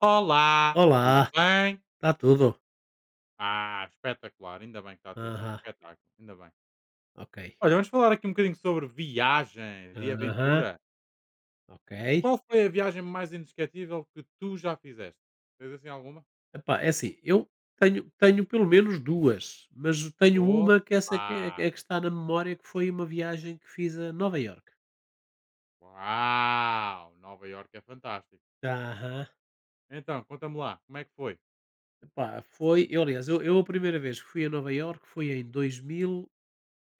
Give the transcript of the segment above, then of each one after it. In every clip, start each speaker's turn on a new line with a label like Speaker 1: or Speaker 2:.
Speaker 1: Olá, tudo
Speaker 2: Olá,
Speaker 1: bem?
Speaker 2: está tudo?
Speaker 1: Ah, espetacular, ainda bem que está tudo bem,
Speaker 2: Aham,
Speaker 1: espetáculo, ainda bem.
Speaker 2: ok.
Speaker 1: Olha, vamos falar aqui um bocadinho sobre viagens e
Speaker 2: Aham,
Speaker 1: aventura.
Speaker 2: ok.
Speaker 1: Qual foi a viagem mais inesquecível que tu já fizeste? Tens assim alguma?
Speaker 2: Epá, é assim, eu tenho pelo menos duas, mas tenho uma que essa é
Speaker 1: Opa!
Speaker 2: que é que está na memória, que foi uma viagem que fiz a Nova Iorque.
Speaker 1: Uau! Nova Iorque é fantástico.
Speaker 2: Aham.
Speaker 1: Então, conta-me lá, como é que foi?
Speaker 2: Epá, foi eu aliás, eu a primeira vez que fui a Nova Iorque foi em 2000,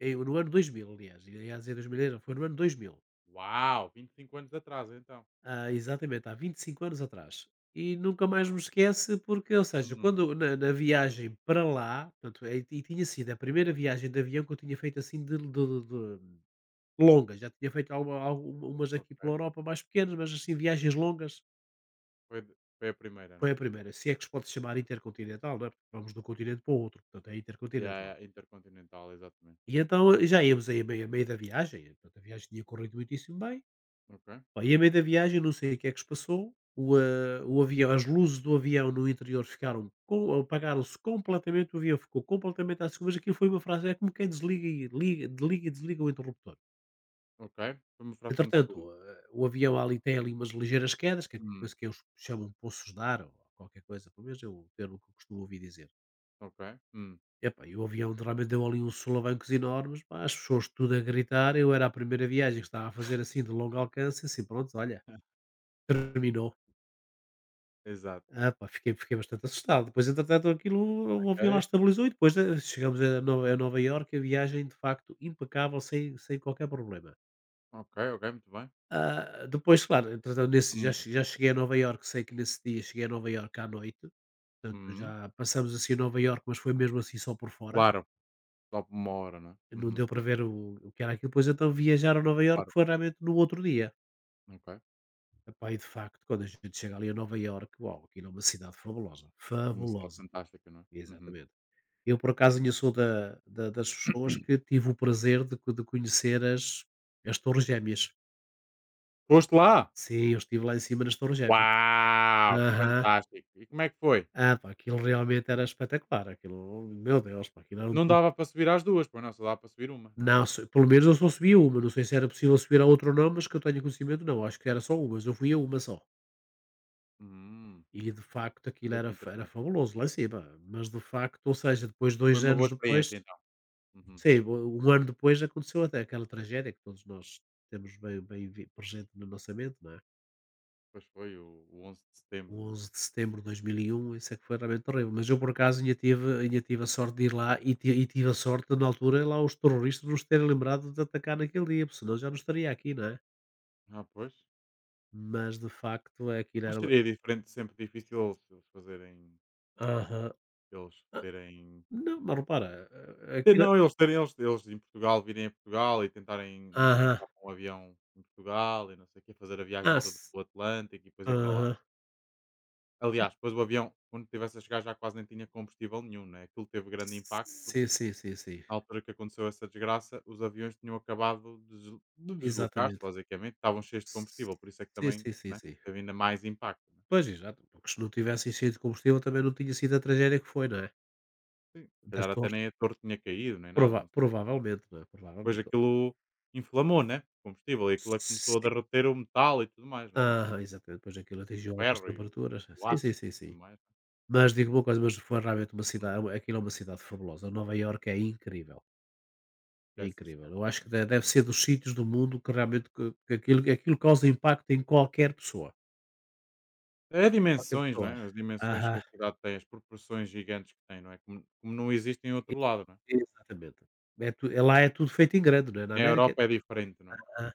Speaker 2: no ano 2000 aliás, ia dizer 2000 não, foi no ano 2000.
Speaker 1: Uau! 25 anos atrás, então.
Speaker 2: Ah, exatamente, há 25 anos atrás. E nunca mais me
Speaker 1: Uau!
Speaker 2: esquece porque, ou seja,
Speaker 1: Hum,
Speaker 2: quando na viagem para lá, portanto, e tinha sido a primeira viagem de avião que eu tinha feito assim de longa, já tinha feito alguma, algumas aqui pela
Speaker 1: ok.
Speaker 2: Europa mais pequenas, mas assim, viagens longas,
Speaker 1: Foi, foi a primeira, né?
Speaker 2: foi a primeira, se é que se pode chamar intercontinental, não é? Porque vamos de um continente para o outro, portanto é
Speaker 1: Yeah,
Speaker 2: intercontinental.
Speaker 1: yeah, Intercontinental, exatamente.
Speaker 2: E então eh, já íamos aí a meio da viagem, portanto, a viagem tinha corrido muitíssimo bem.
Speaker 1: Ok,
Speaker 2: Pá, e a meio da viagem não sei o que é que se passou. O avião, as luzes do avião no interior ficaram com apagaram-se completamente, o avião ficou completamente às escuras. Aquilo foi uma frase, é como quem desliga e liga, desliga e desliga o interruptor.
Speaker 1: ok. Foi uma fração de
Speaker 2: Entretanto,
Speaker 1: segundo.
Speaker 2: ah, o avião ali tem ali umas ligeiras quedas, que é
Speaker 1: Hum.
Speaker 2: depois que eles chamam de poços de ar, ou qualquer coisa, pelo menos é o termo que eu costumo ouvir dizer.
Speaker 1: Ok. Hum,
Speaker 2: Epá, e o avião realmente deu ali uns solavancos enormes, pá, as pessoas tudo a gritar, eu era a primeira viagem que estava a fazer assim de longo alcance, assim pronto, olha, terminou.
Speaker 1: exato.
Speaker 2: Ah, pá, fiquei bastante assustado. Depois, entretanto, aquilo o avião lá
Speaker 1: Ok.
Speaker 2: estabilizou. E depois, eh, chegamos a No a Nova Iorque, a viagem de facto impecável, sem qualquer problema.
Speaker 1: Ok, ok, muito bem.
Speaker 2: Ah, depois, claro, entretanto, nesse
Speaker 1: Hum,
Speaker 2: já cheguei a Nova Iorque, sei que nesse dia cheguei a Nova Iorque à noite, portanto,
Speaker 1: uhum.
Speaker 2: já passamos, assim, a Nova Iorque, mas foi mesmo assim só por fora,
Speaker 1: Claro, só por uma hora, não é?
Speaker 2: não
Speaker 1: Uhum,
Speaker 2: deu para ver o que era aquilo. Depois, então, viajar a Nova Iorque
Speaker 1: claro.
Speaker 2: foi realmente no outro dia.
Speaker 1: Ok.
Speaker 2: Epá, e de facto, quando a gente chega ali a Nova Iorque, uau, aquilo é uma cidade fabulosa,
Speaker 1: É uma cidade
Speaker 2: fabulosa,
Speaker 1: fantástica, não é? Uhum.
Speaker 2: exatamente. Eu, por acaso, ainda sou da da das pessoas que tive o prazer de conhecer as as Torres Gêmeas.
Speaker 1: Foste lá?
Speaker 2: Sim, eu estive lá em cima nas Torres Gêmeas.
Speaker 1: Uau! que
Speaker 2: Aham.
Speaker 1: Fantástico! E como é que foi?
Speaker 2: Ah, pá, aquilo realmente era espetacular, aquilo, meu Deus, pá, aquilo era um
Speaker 1: Não
Speaker 2: dos...
Speaker 1: dava para subir às duas, pois não, só dava para subir uma, não é?
Speaker 2: Não, se pelo menos eu só subi a uma, não sei se era possível subir a outra ou não, mas que eu tenho conhecimento não, acho que era só uma, mas eu fui a uma só.
Speaker 1: Hum,
Speaker 2: E de facto aquilo
Speaker 1: olha
Speaker 2: era
Speaker 1: que
Speaker 2: fa era
Speaker 1: interessante.
Speaker 2: fabuloso lá em cima, mas de facto, ou seja, depois
Speaker 1: Foi
Speaker 2: dois
Speaker 1: uma
Speaker 2: anos
Speaker 1: boa
Speaker 2: depois
Speaker 1: experiência então. Uhum.
Speaker 2: Sim, u um ano depois aconteceu até aquela tragédia que todos nós temos bem bem vi presente na nossa mente, não é?
Speaker 1: Pois foi o 11 de setembro,
Speaker 2: O
Speaker 1: não é?
Speaker 2: 11 de setembro de 2001, isso é que foi realmente terrível, mas eu por acaso ainda tive
Speaker 1: Uhum.
Speaker 2: ainda tive a sorte de ir lá e tive a sorte de, na altura, lá os terroristas nos terem lembrado de atacar naquele dia, porque senão já não estaria aqui, não é?
Speaker 1: Ah, pois.
Speaker 2: Mas de facto é aquilo
Speaker 1: Mas
Speaker 2: era uma
Speaker 1: seria diferente, sempre difícil eles fazerem,
Speaker 2: aham.
Speaker 1: eles
Speaker 2: Ah,
Speaker 1: terem
Speaker 2: não, mas repara, a
Speaker 1: E
Speaker 2: aquilo
Speaker 1: não, eles terem eles eles em Portugal, virem a Portugal e tentarem, né,
Speaker 2: aham.
Speaker 1: entrar com um avião em Portugal e não sei o quê, fazer a viagem
Speaker 2: Ah,
Speaker 1: toda
Speaker 2: s
Speaker 1: pelo Atlântico e depois ir para lá.
Speaker 2: aham.
Speaker 1: Aliás, depois o avião, quando estivesse a chegar, já quase nem tinha combustível nenhum, né? Aquilo teve grande impacto, porque
Speaker 2: Sim, sim, sim, sim.
Speaker 1: na altura que aconteceu essa desgraça, os aviões tinham acabado de deslocar-se,
Speaker 2: Exatamente.
Speaker 1: basicamente, estavam cheios de combustível, por isso é que
Speaker 2: Sim,
Speaker 1: também,
Speaker 2: sim, sim,
Speaker 1: né,
Speaker 2: sim.
Speaker 1: teve ainda mais impacto, né?
Speaker 2: Pois, exato, porque se não tivessem sido combustível também não tinha sido a tragédia que foi, não é?
Speaker 1: Sim, se
Speaker 2: Das
Speaker 1: calhar até
Speaker 2: torres.
Speaker 1: nem a torre tinha caído, nem nada, não sei.
Speaker 2: Provavelmente, não é?
Speaker 1: Depois
Speaker 2: Provavelmente.
Speaker 1: aquilo inflamou, né, combustível e aquilo é que começou a
Speaker 2: Sim.
Speaker 1: derreter o metal e tudo mais, não é?
Speaker 2: Aham, exatamente, pois aquilo
Speaker 1: O
Speaker 2: atingiu altas
Speaker 1: ferro e o
Speaker 2: temperaturas.
Speaker 1: o
Speaker 2: Sim, sim,
Speaker 1: aço
Speaker 2: sim,
Speaker 1: e
Speaker 2: sim.
Speaker 1: tudo mais.
Speaker 2: Mas digo uma coisa, mas foi realmente uma
Speaker 1: Uhum.
Speaker 2: cidade, aquilo é uma cidade fabulosa. Nova Iorque é incrível, é
Speaker 1: É sim
Speaker 2: incrível.
Speaker 1: senhora.
Speaker 2: Eu acho que deve ser dos sítios do mundo que realmente que aquilo causa impacto em qualquer pessoa.
Speaker 1: É
Speaker 2: Qualquer
Speaker 1: dimensões, não
Speaker 2: pessoa.
Speaker 1: é? As dimensões que
Speaker 2: Aham,
Speaker 1: a cidade tem, as proporções gigantes que tem, não é? Como não existem em
Speaker 2: e-
Speaker 1: outro lado, não é?
Speaker 2: exatamente. É lá é tudo feito em grande, não é? Na
Speaker 1: Na
Speaker 2: América.
Speaker 1: Europa é diferente, não é?
Speaker 2: Ah,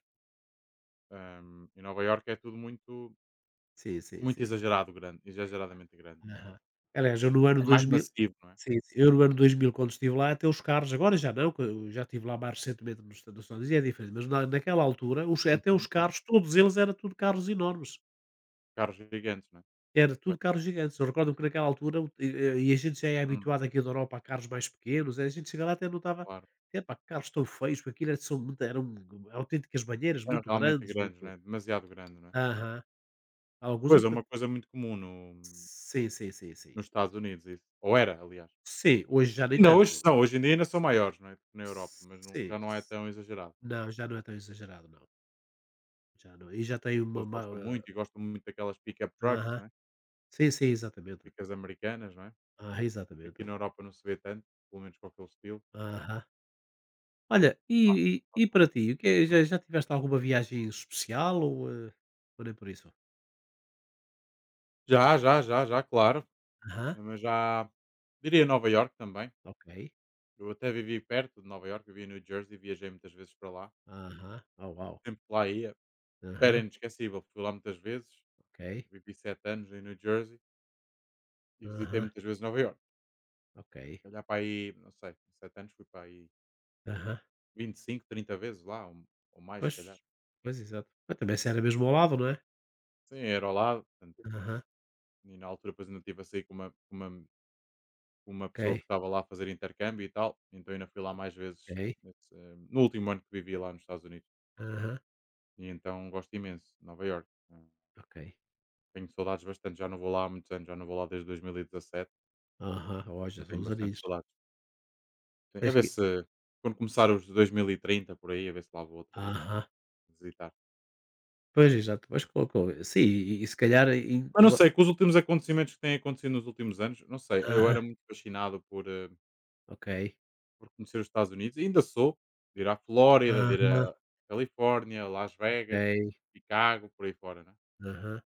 Speaker 1: Em Nova Iorque é tudo muito
Speaker 2: sim, sim,
Speaker 1: muito
Speaker 2: sim.
Speaker 1: exagerado grande, exageradamente grande, não é?
Speaker 2: Aham. Aliás, eu no ano
Speaker 1: É mais
Speaker 2: 2000.
Speaker 1: massivo, não é?
Speaker 2: Sim, sim, eu no ano 2000 quando estive lá, até os carros agora já não, que eu já estive lá mais recentemente nos Estados Unidos e é diferente, mas na naquela altura, os até os
Speaker 1: Uhum.
Speaker 2: carros, todos eles era tudo carros enormes,
Speaker 1: Carros gigantes, não é?
Speaker 2: era tudo
Speaker 1: Pois,
Speaker 2: carros gigantes. Eu recordo que naquela altura, o e a gente já é
Speaker 1: hum,
Speaker 2: habituado aqui da Europa a carros mais pequenos, a gente chega lá até notava,
Speaker 1: claro.
Speaker 2: epá, que carros tão feios, porque aquilo era... são, eram autênticas banheiras,
Speaker 1: Eram
Speaker 2: muito
Speaker 1: realmente
Speaker 2: grandes,
Speaker 1: grandes, não
Speaker 2: muito...
Speaker 1: é? Demasiado grande, não é?
Speaker 2: Aham. Alguns
Speaker 1: Pois é
Speaker 2: até...
Speaker 1: uma coisa muito comum no
Speaker 2: Sim, sim, sim, sim.
Speaker 1: nos Estados Unidos isso, ou era aliás.
Speaker 2: Sim, hoje já nem
Speaker 1: Ainda hoje
Speaker 2: tanto.
Speaker 1: são, hoje em dia ainda são maiores, não é, na Europa, mas não
Speaker 2: Sim.
Speaker 1: já não é tão exagerado.
Speaker 2: Não, já não é tão exagerado, não, já não. E já
Speaker 1: As
Speaker 2: tem uma
Speaker 1: pessoas
Speaker 2: ma...
Speaker 1: gostam muito e gostam muito daquelas pickup
Speaker 2: Ah,
Speaker 1: trucks,
Speaker 2: aham.
Speaker 1: né é,
Speaker 2: Sim, sim, exatamente.
Speaker 1: picas americanas, não é,
Speaker 2: Ah,
Speaker 1: que
Speaker 2: exatamente.
Speaker 1: aqui na Europa não se vê tanto, pelo menos com aquele estilo.
Speaker 2: Aham. Olha, e
Speaker 1: Ah,
Speaker 2: e e
Speaker 1: gostam
Speaker 2: para
Speaker 1: muito.
Speaker 2: ti, o que é já
Speaker 1: Hum.
Speaker 2: já tiveste alguma viagem especial ou, eh, ou nem por isso?
Speaker 1: Já, já, já, já, claro.
Speaker 2: Aham,
Speaker 1: Mas já diria Nova York também.
Speaker 2: ok.
Speaker 1: Eu até vivi perto de Nova York, vivi em New Jersey, viajei muitas vezes para lá.
Speaker 2: Aham. Oh, uau.
Speaker 1: Sempre que lá ia, era
Speaker 2: Aham,
Speaker 1: inesquecível, fui lá muitas vezes,
Speaker 2: ok.
Speaker 1: vivi 7 anos em New Jersey e visitei
Speaker 2: Aham,
Speaker 1: muitas vezes Nova York.
Speaker 2: ok.
Speaker 1: Se calhar para aí, não sei, 7 anos fui para aí
Speaker 2: Aham.
Speaker 1: 25, 30 vezes lá, ou mais se
Speaker 2: Pois,
Speaker 1: calhar.
Speaker 2: pois, exato. Mas também se era mesmo ao lado, não é?
Speaker 1: Sim, era ao lado, portanto,
Speaker 2: Aham,
Speaker 1: e na altura depois ainda estive a sair com uma
Speaker 2: ok,
Speaker 1: pessoa que estava lá a fazer intercâmbio e tal, então ainda fui lá mais vezes
Speaker 2: ok.
Speaker 1: nesse, no último ano que vivi lá nos Estados Unidos.
Speaker 2: Aham,
Speaker 1: E então gosto imenso de Nova York.
Speaker 2: ok.
Speaker 1: Tenho saudades bastante, já não vou lá há muitos anos, já não vou lá desde 2017
Speaker 2: Aham,
Speaker 1: e
Speaker 2: olha, são
Speaker 1: tenho
Speaker 2: os
Speaker 1: bastantes
Speaker 2: aninhos.
Speaker 1: saudades. Sim, a
Speaker 2: Tens
Speaker 1: ver
Speaker 2: que
Speaker 1: se quando começar os 2030 por aí, a ver se lá vou outra vez
Speaker 2: aham.
Speaker 1: visitar.
Speaker 2: Pois, exato, mas colocou sim, e se calhar em
Speaker 1: Mas não
Speaker 2: va
Speaker 1: sei, com os últimos acontecimentos que têm acontecido nos últimos anos, não sei, eu
Speaker 2: aham,
Speaker 1: era muito fascinado por,
Speaker 2: ok.
Speaker 1: por conhecer os Estados Unidos, e ainda sou, de ir à Flórida, de ir
Speaker 2: Aham.
Speaker 1: à Califórnia, Las
Speaker 2: Ok,
Speaker 1: Vegas, Chicago, por aí fora, né?
Speaker 2: aham.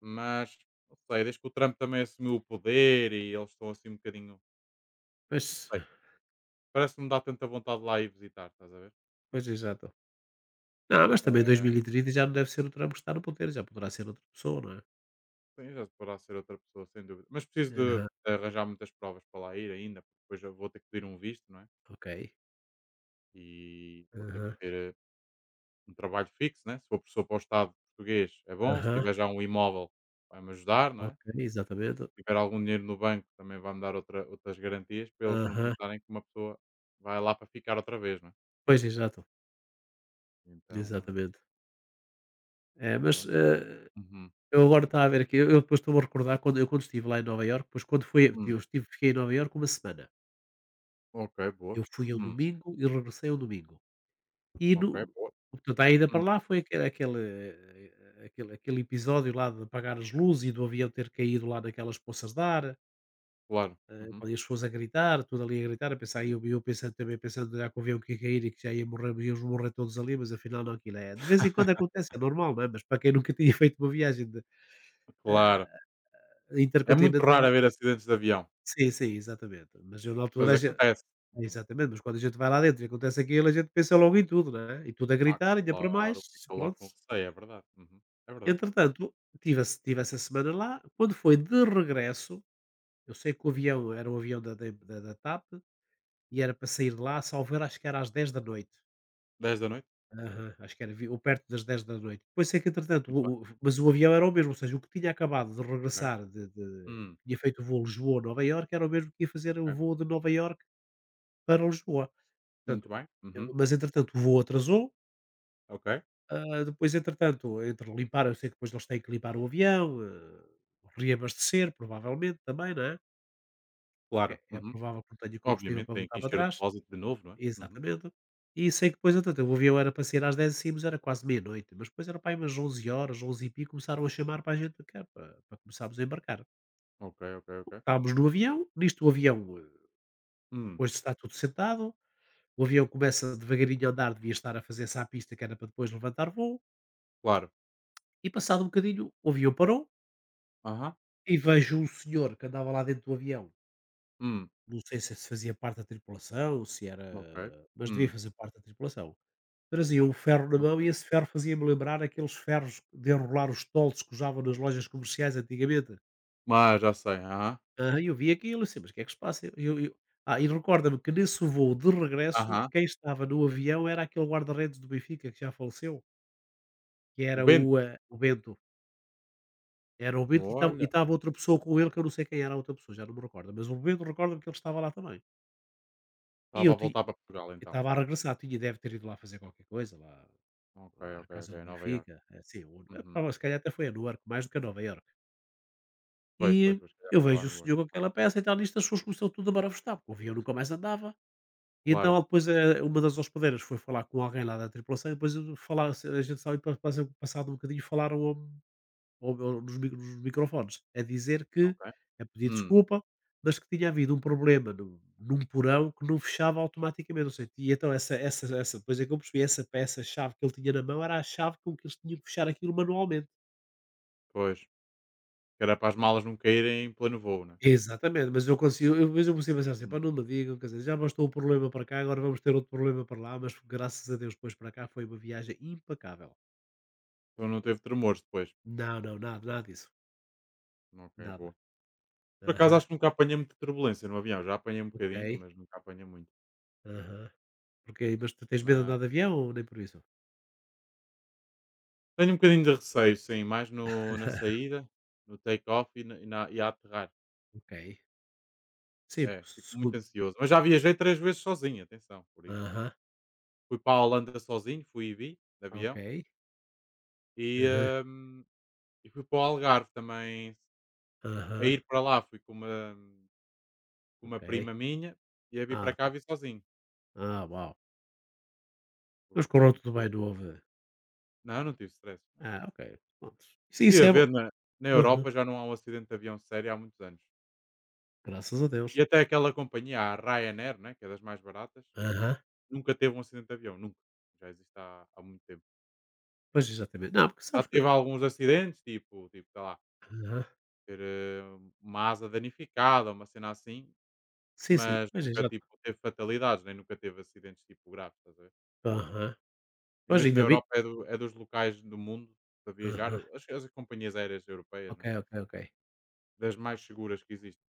Speaker 1: Mas, não sei, desde que o Trump também assumiu o poder e eles estão assim um bocadinho, não
Speaker 2: Pois,
Speaker 1: sei, parece que não dá tanta vontade de lá ir visitar, estás a ver?
Speaker 2: pois, exato. Não, mas também
Speaker 1: É,
Speaker 2: 2030 já não deve ser o Trump que está no poder, já poderá ser outra pessoa, não é?
Speaker 1: sim, já poderá ser outra pessoa, sem dúvida. Mas preciso de
Speaker 2: Aham,
Speaker 1: arranjar muitas provas para lá ir ainda, porque depois eu vou ter que pedir um visto, não é?
Speaker 2: ok.
Speaker 1: E vou ter que
Speaker 2: Aham,
Speaker 1: ter um trabalho fixo, né? Se for professor para o Estado português, é bom. Se
Speaker 2: aham,
Speaker 1: tiver já um imóvel, vai-me ajudar, não
Speaker 2: ok,
Speaker 1: é?
Speaker 2: exatamente.
Speaker 1: Tiver algum dinheiro no banco, também vai-me dar outra, outras garantias para eles não
Speaker 2: Aham.
Speaker 1: pensarem que uma pessoa vai lá para ficar outra vez, não é?
Speaker 2: Pois, exato,
Speaker 1: Então, eh,
Speaker 2: exatamente. É, mas,
Speaker 1: então,
Speaker 2: eh,
Speaker 1: uhum,
Speaker 2: eu agora estava a ver aqui, eu depois estou-me a recordar quando eu quando estive lá em Nova Iorque, depois quando foi
Speaker 1: hum,
Speaker 2: eu estive fiquei em Nova Iorque uma semana.
Speaker 1: ok, boa.
Speaker 2: Eu fui ao
Speaker 1: Hum,
Speaker 2: domingo e regressei ao domingo. E
Speaker 1: ok,
Speaker 2: no
Speaker 1: boa.
Speaker 2: Portanto, a ida para
Speaker 1: Hum,
Speaker 2: lá foi aque aquele, eh, aquele aquele episódio lá de apagar as luzes e do avião ter caído lá naquelas poças de ar, eh,
Speaker 1: claro. Uhum.
Speaker 2: ali as pessoas a gritar, tudo ali a gritar, a pensar, e eu pensando também, pensando já que o avião que ia cair e que já ia morrer, íamos morrer todos ali, mas afinal não, aquilo é de vez em quando acontece, é normal, não é? Mas para quem nunca tinha feito uma viagem de
Speaker 1: Claro. É muito
Speaker 2: intercontinental.
Speaker 1: raro haver acidentes de avião,
Speaker 2: Sim, sim, exatamente. Mas eu na altura
Speaker 1: mas
Speaker 2: a gen...
Speaker 1: acontece. Uhum.
Speaker 2: Exatamente, mas quando a gente vai lá dentro e acontece aquilo, a gente pensa logo em tudo, não é? E tudo a
Speaker 1: Ah,
Speaker 2: gritar, ainda para mais,
Speaker 1: claro, fica logo
Speaker 2: pronto.
Speaker 1: com receio, é verdade. Uhum. É verdade.
Speaker 2: Entretanto, tive esse estive essa semana lá. Quando foi de regresso, eu sei que o avião era um avião da TAP e era para sair de lá, salvo erro, acho que era às 22h.
Speaker 1: 10 da noite? Ok.
Speaker 2: Aham, acho que era vi ou
Speaker 1: Uhum.
Speaker 2: perto das 10 da noite. Pois sei que entretanto
Speaker 1: Muito bem.
Speaker 2: o mas o avião era o mesmo, ou seja, o que tinha acabado de
Speaker 1: Ok.
Speaker 2: regressar de
Speaker 1: Hum,
Speaker 2: tinha feito o voo Lisboa-Nova Iorque, era o mesmo que ia fazer o
Speaker 1: ok.
Speaker 2: voo de Nova Iorque para Lisboa.
Speaker 1: Muito
Speaker 2: Portanto,
Speaker 1: bem. Uhum.
Speaker 2: eu, mas entretanto o voo atrasou.
Speaker 1: Ok.
Speaker 2: Ah, depois, entretanto, entre limpar, eu sei que depois eles têm que limpar o avião, eh, reabastecer, provavelmente também, não é?
Speaker 1: Claro.
Speaker 2: Porque é
Speaker 1: Uhum.
Speaker 2: provável que não tenha combustível
Speaker 1: Obviamente,
Speaker 2: para
Speaker 1: tem que
Speaker 2: voltar para
Speaker 1: encher o
Speaker 2: trás.
Speaker 1: depósito de novo, não é? Uhum.
Speaker 2: Exatamente. E sei que depois, entretanto, o avião era para sair às 10h05, mas era quase meia-noite. Mas depois era para aí umas 11 horas, 11 e pico, começaram a chamar para a gente cá, para, para começarmos a embarcar.
Speaker 1: Ok, ok, ok.
Speaker 2: Estávamos no avião, nisto o avião, eh,
Speaker 1: Hum,
Speaker 2: depois de estar tudo sentado, o avião começa devagarinho a andar, devia estar a fazer essa pista, que era para depois levantar voo.
Speaker 1: claro.
Speaker 2: E passado um bocadinho, o avião parou.
Speaker 1: Aham.
Speaker 2: E vejo um senhor que andava lá dentro do avião,
Speaker 1: Hum,
Speaker 2: não sei se fazia parte da tripulação, se
Speaker 1: ok.
Speaker 2: era, mas devia
Speaker 1: Hum,
Speaker 2: fazer parte da tripulação. Trazia um ferro na mão e
Speaker 1: ok.
Speaker 2: esse ferro fazia-me lembrar aqueles ferros de enrolar os toldos que usavam nas lojas comerciais antigamente.
Speaker 1: Mas já sei. Aham.
Speaker 2: Ah, eu vi aquilo, assim, mas o que é que se passa? E recorda-me que nesse voo de regresso,
Speaker 1: Aham.
Speaker 2: quem estava no avião era aquele guarda-redes do Benfica que já faleceu, que
Speaker 1: O
Speaker 2: era
Speaker 1: Bento.
Speaker 2: o, eh, o Bento. Era o Bento e
Speaker 1: Olha,
Speaker 2: estava outra pessoa com ele que eu não sei quem era a outra pessoa, já não me recordo, mas o Bento recorda-me que ele estava lá também. E
Speaker 1: estava
Speaker 2: eu
Speaker 1: a
Speaker 2: ti
Speaker 1: voltar para Portugal
Speaker 2: E
Speaker 1: então.
Speaker 2: estava a regressar, tinha deve ter ido lá fazer qualquer coisa, lá
Speaker 1: Ok,
Speaker 2: lá à
Speaker 1: ok,
Speaker 2: casa
Speaker 1: ok.
Speaker 2: do
Speaker 1: Nova York.
Speaker 2: Benfica, é assim,
Speaker 1: Uhum.
Speaker 2: ou se calhar até foi a Newark, mais do que a Nova Iorque.
Speaker 1: Pois, pois,
Speaker 2: E
Speaker 1: pois. Se calhar
Speaker 2: eu
Speaker 1: foi lá
Speaker 2: vejo o
Speaker 1: no Word.
Speaker 2: senhor com
Speaker 1: Ah,
Speaker 2: aquela peça e tal, nisto as pessoas começaram tudo a marafustar, porque o avião nunca mais andava. E então
Speaker 1: claro.
Speaker 2: depois uma das hospedeiras foi falar com alguém lá da tripulação e depois eu falar, a gente sabe, passado um bocadinho falaram ou nos microfones, a dizer que
Speaker 1: Ok.
Speaker 2: a pedir
Speaker 1: Hum,
Speaker 2: desculpa, mas que tinha havido um problema num porão que não fechava automaticamente, ou seja, e então essa depois é que eu percebi, essa peça-chave que ele tinha na mão era a chave com que eles tinham que fechar aquilo manualmente.
Speaker 1: pois. Que era para as malas não caírem em pleno voo, né?
Speaker 2: Exatamente, mas eu consigo eu mas eu comecei pensar assim: "Pá,
Speaker 1: Uhum.
Speaker 2: não me digam, quer dizer, já bastou o problema para cá, agora vamos ter outro problema para lá", mas graças a Deus depois para cá foi uma viagem impecável.
Speaker 1: Então não teve tremores depois.
Speaker 2: Não, não, nada, nada disso,
Speaker 1: Ok,
Speaker 2: nada.
Speaker 1: boa. Por acaso
Speaker 2: Aham.
Speaker 1: acho que nunca apanhei muita turbulência no avião. Já apanhei um bocadinho,
Speaker 2: Ok.
Speaker 1: mas nunca apanhei muito.
Speaker 2: Aham. Porque mas tu tens medo de andar de avião ou nem por isso?
Speaker 1: Tenho um bocadinho de receio, sim, mais na saída, no take off e a aterrar.
Speaker 2: Ok. Sim,
Speaker 1: É,
Speaker 2: porque
Speaker 1: fico muito
Speaker 2: segundo
Speaker 1: ansioso. Mas já viajei 3 vezes sozinho, atenção, por isso.
Speaker 2: aham.
Speaker 1: Fui para a Holanda sozinho, fui e vi, de avião,
Speaker 2: Ok.
Speaker 1: e,
Speaker 2: Aham,
Speaker 1: hum, e fui para o Algarve também. A
Speaker 2: aham,
Speaker 1: ir para lá fui com uma
Speaker 2: ok.
Speaker 1: prima minha e a vir
Speaker 2: Ah,
Speaker 1: para
Speaker 2: ok.
Speaker 1: cá vi sozinho.
Speaker 2: Ah, uau. Mas correu tudo
Speaker 1: Portanto
Speaker 2: bem, não houve
Speaker 1: não, não tive stress, não, não.
Speaker 2: ah,
Speaker 1: não.
Speaker 2: ok, pronto.
Speaker 1: Eu
Speaker 2: Sim, isso
Speaker 1: estive
Speaker 2: é
Speaker 1: a
Speaker 2: bom.
Speaker 1: ver na
Speaker 2: Aham.
Speaker 1: Europa já não há um acidente de avião sério há muitos anos.
Speaker 2: Graças a
Speaker 1: E
Speaker 2: Deus.
Speaker 1: até aquela companhia, a Ryanair, né, que é das mais baratas.
Speaker 2: Aham.
Speaker 1: Nunca teve um acidente de avião, nunca. Já existe há muito tempo.
Speaker 2: Pois, exatamente. Não, porque
Speaker 1: Já
Speaker 2: sabes que
Speaker 1: teve alguns acidentes, tipo, sei lá,
Speaker 2: aham.
Speaker 1: ter uma asa danificada, uma cena assim,
Speaker 2: Sim, sim.
Speaker 1: mas
Speaker 2: Pois,
Speaker 1: nunca tipo,
Speaker 2: exato.
Speaker 1: teve fatalidades, nem nunca teve acidentes tipo graves, estás a ver?
Speaker 2: Aham.
Speaker 1: E
Speaker 2: Pois,
Speaker 1: mesmo na
Speaker 2: ainda bem
Speaker 1: Europa é, é dos locais do mundo para viajar,
Speaker 2: aham.
Speaker 1: as companhias aéreas europeias,
Speaker 2: Ok,
Speaker 1: né?
Speaker 2: ok, ok.
Speaker 1: Das mais seguras que existem.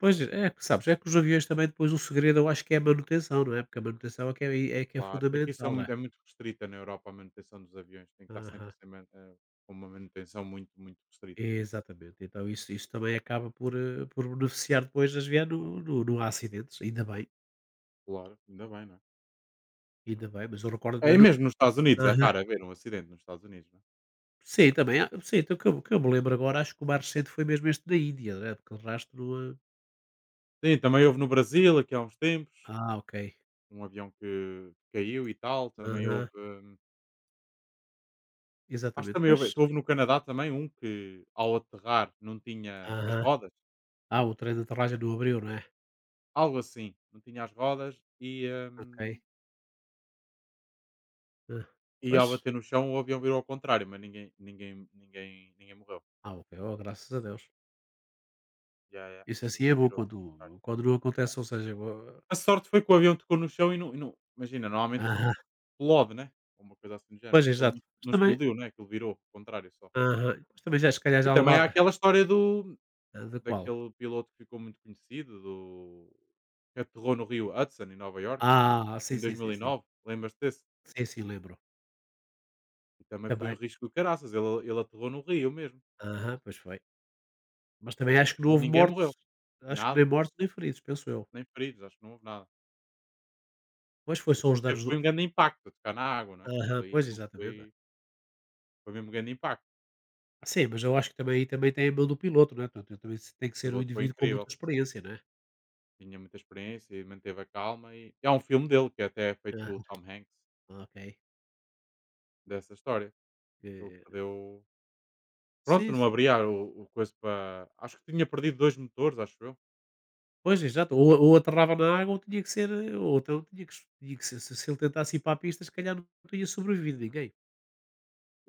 Speaker 2: Pois, é que sabes, é que os aviões também depois o segredo eu acho que é a manutenção, não é? Porque a manutenção é que é que é
Speaker 1: Claro. Aqui são
Speaker 2: fundamental, não é?
Speaker 1: muito, é muito restrita na Europa a manutenção dos aviões, tem que estar sempre
Speaker 2: Aham.
Speaker 1: a ser com uma manutenção muito, muito restrita.
Speaker 2: Exatamente, então isso também acaba por, por beneficiar depois das vias no não há acidentes,
Speaker 1: Claro, ainda bem, não é?
Speaker 2: ainda bem, mas eu recordo
Speaker 1: É,
Speaker 2: também
Speaker 1: e
Speaker 2: no
Speaker 1: mesmo nos Estados Unidos, é
Speaker 2: aham.
Speaker 1: raro haver um acidente nos Estados Unidos, não é?
Speaker 2: Sim, também há sim, então que eu me lembro agora, acho que o mais recente foi mesmo este da Índia, né, aquele rastro, no.
Speaker 1: Sim, também houve no Brasil, aqui há uns tempos,
Speaker 2: Ah, ok.
Speaker 1: um avião que caiu e tal, também
Speaker 2: Aham,
Speaker 1: houve, acho que
Speaker 2: exatamente,
Speaker 1: também houve,
Speaker 2: pois.
Speaker 1: houve no Canadá também um que ao aterrar não tinha as
Speaker 2: Aham.
Speaker 1: rodas,
Speaker 2: Ah, o trem de aterragem não abriu, não é?
Speaker 1: algo assim, não tinha as rodas
Speaker 2: Ok.
Speaker 1: hum,
Speaker 2: Hã.
Speaker 1: e ao
Speaker 2: Pois.
Speaker 1: bater no chão o avião virou ao contrário, mas ninguém, ninguém, ninguém, ninguém morreu.
Speaker 2: Ah, ok, oh, graças a Deus.
Speaker 1: Ya, ya,
Speaker 2: Isso
Speaker 1: o
Speaker 2: assim é
Speaker 1: avião
Speaker 2: bom
Speaker 1: virou ao contrário.
Speaker 2: quando não
Speaker 1: Ya.
Speaker 2: acontece, ou seja, o
Speaker 1: A sorte foi que o avião tocou no chão imagina, normalmente
Speaker 2: aham.
Speaker 1: explode, né, ou uma coisa assim do género.
Speaker 2: Pois,
Speaker 1: Aquilo
Speaker 2: exato.
Speaker 1: não
Speaker 2: Mas
Speaker 1: não
Speaker 2: também
Speaker 1: explodiu, né, aquilo virou ao contrário só.
Speaker 2: aham, mas também já se calhar
Speaker 1: E
Speaker 2: já
Speaker 1: também há
Speaker 2: levava
Speaker 1: aquela história do
Speaker 2: Ah, de qual?
Speaker 1: daquele piloto que ficou muito conhecido, do que aterrou no rio Hudson, em Nova York em
Speaker 2: Ah, sim,
Speaker 1: em
Speaker 2: sim, sim, sim.
Speaker 1: 2009, lembras-te desse?
Speaker 2: Sim, sim, lembro.
Speaker 1: E também foi
Speaker 2: Também.
Speaker 1: um risco do caraças, ele aterrou no rio mesmo,
Speaker 2: Aham, pois foi. Mas também acho que não
Speaker 1: e
Speaker 2: houve
Speaker 1: ninguém morreu,
Speaker 2: mortos, acho que nem
Speaker 1: nada,
Speaker 2: mortos nem feridos, penso eu.
Speaker 1: nem feridos, acho que não houve nada.
Speaker 2: Pois foi só os
Speaker 1: Aquilo teve
Speaker 2: danos do
Speaker 1: foi um grande impacto, tocar na água, né aquilo
Speaker 2: Aham,
Speaker 1: foi
Speaker 2: pois,
Speaker 1: não
Speaker 2: exatamente.
Speaker 1: foi foi mesmo um grande impacto,
Speaker 2: Ah, sim, mas eu acho que também aí também tem a mão do piloto, não é? Portanto, eu também se tem que
Speaker 1: o
Speaker 2: ser um
Speaker 1: piloto foi
Speaker 2: indivíduo com muita
Speaker 1: incrível.
Speaker 2: experiência, não é?
Speaker 1: Tinha muita experiência e manteve a calma e há um filme dele que até é feito com o
Speaker 2: Aham,
Speaker 1: Tom Hanks,
Speaker 2: ok.
Speaker 1: dessa história. Ele
Speaker 2: Eh,
Speaker 1: perdeu pronto,
Speaker 2: sim,
Speaker 1: não
Speaker 2: sim.
Speaker 1: abria o coiso para acho que tinha perdido 2 motores, acho eu,
Speaker 2: Pois, exato. Ou aterrava na água ou tinha que ser, ou então tinha que ser, se ele tentasse ir para a pista, se calhar não tinha sobrevivido ninguém.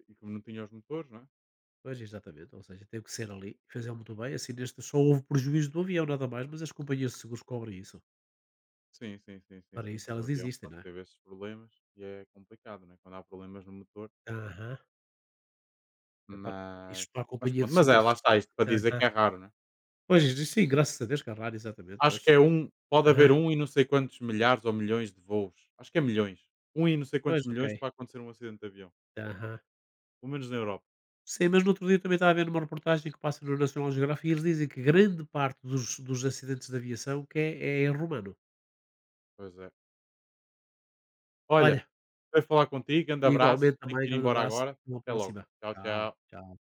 Speaker 1: e como não tinha os motores, não é?
Speaker 2: Pois, exatamente, ou seja, teve que ser ali, fizeram muito bem, assim neste só houve prejuízo do avião, nada mais, mas as companhias de seguros cobrem isso,
Speaker 1: Sim, sim, sim, sim,
Speaker 2: para
Speaker 1: sim.
Speaker 2: isso
Speaker 1: O
Speaker 2: elas
Speaker 1: avião,
Speaker 2: existem,
Speaker 1: pronto,
Speaker 2: não é?
Speaker 1: teve esses problemas e é complicado, né quando há problemas no motor,
Speaker 2: Aham. É para
Speaker 1: mas
Speaker 2: isto para a
Speaker 1: mas
Speaker 2: companhia de
Speaker 1: pronto, mas é,
Speaker 2: seguros
Speaker 1: lá está isto para dizer que
Speaker 2: Aham.
Speaker 1: é raro, não é?
Speaker 2: Pois, isto sim, graças a Deus que exatamente,
Speaker 1: Acho que
Speaker 2: mas
Speaker 1: pode
Speaker 2: Aham.
Speaker 1: haver um e não sei quantos milhares ou milhões de voos, acho que é milhões, um e não sei quantos
Speaker 2: Pois, ok.
Speaker 1: milhões para acontecer um acidente de avião,
Speaker 2: Aham.
Speaker 1: pelo menos na Europa.
Speaker 2: Sim, mas no outro dia também estava a ver uma reportagem que passa no National Geographic e eles dizem que grande parte dos, dos acidentes de aviação que é, é em romano.
Speaker 1: Pois é. Olha,
Speaker 2: Olha,
Speaker 1: foi falar contigo, grande abraço,
Speaker 2: igualmente
Speaker 1: tenho
Speaker 2: também,
Speaker 1: que ir
Speaker 2: grande
Speaker 1: embora
Speaker 2: abraço,
Speaker 1: agora.
Speaker 2: até uma
Speaker 1: Até logo.
Speaker 2: próxima.
Speaker 1: Tchau,
Speaker 2: Tchau,
Speaker 1: tchau.
Speaker 2: tchau.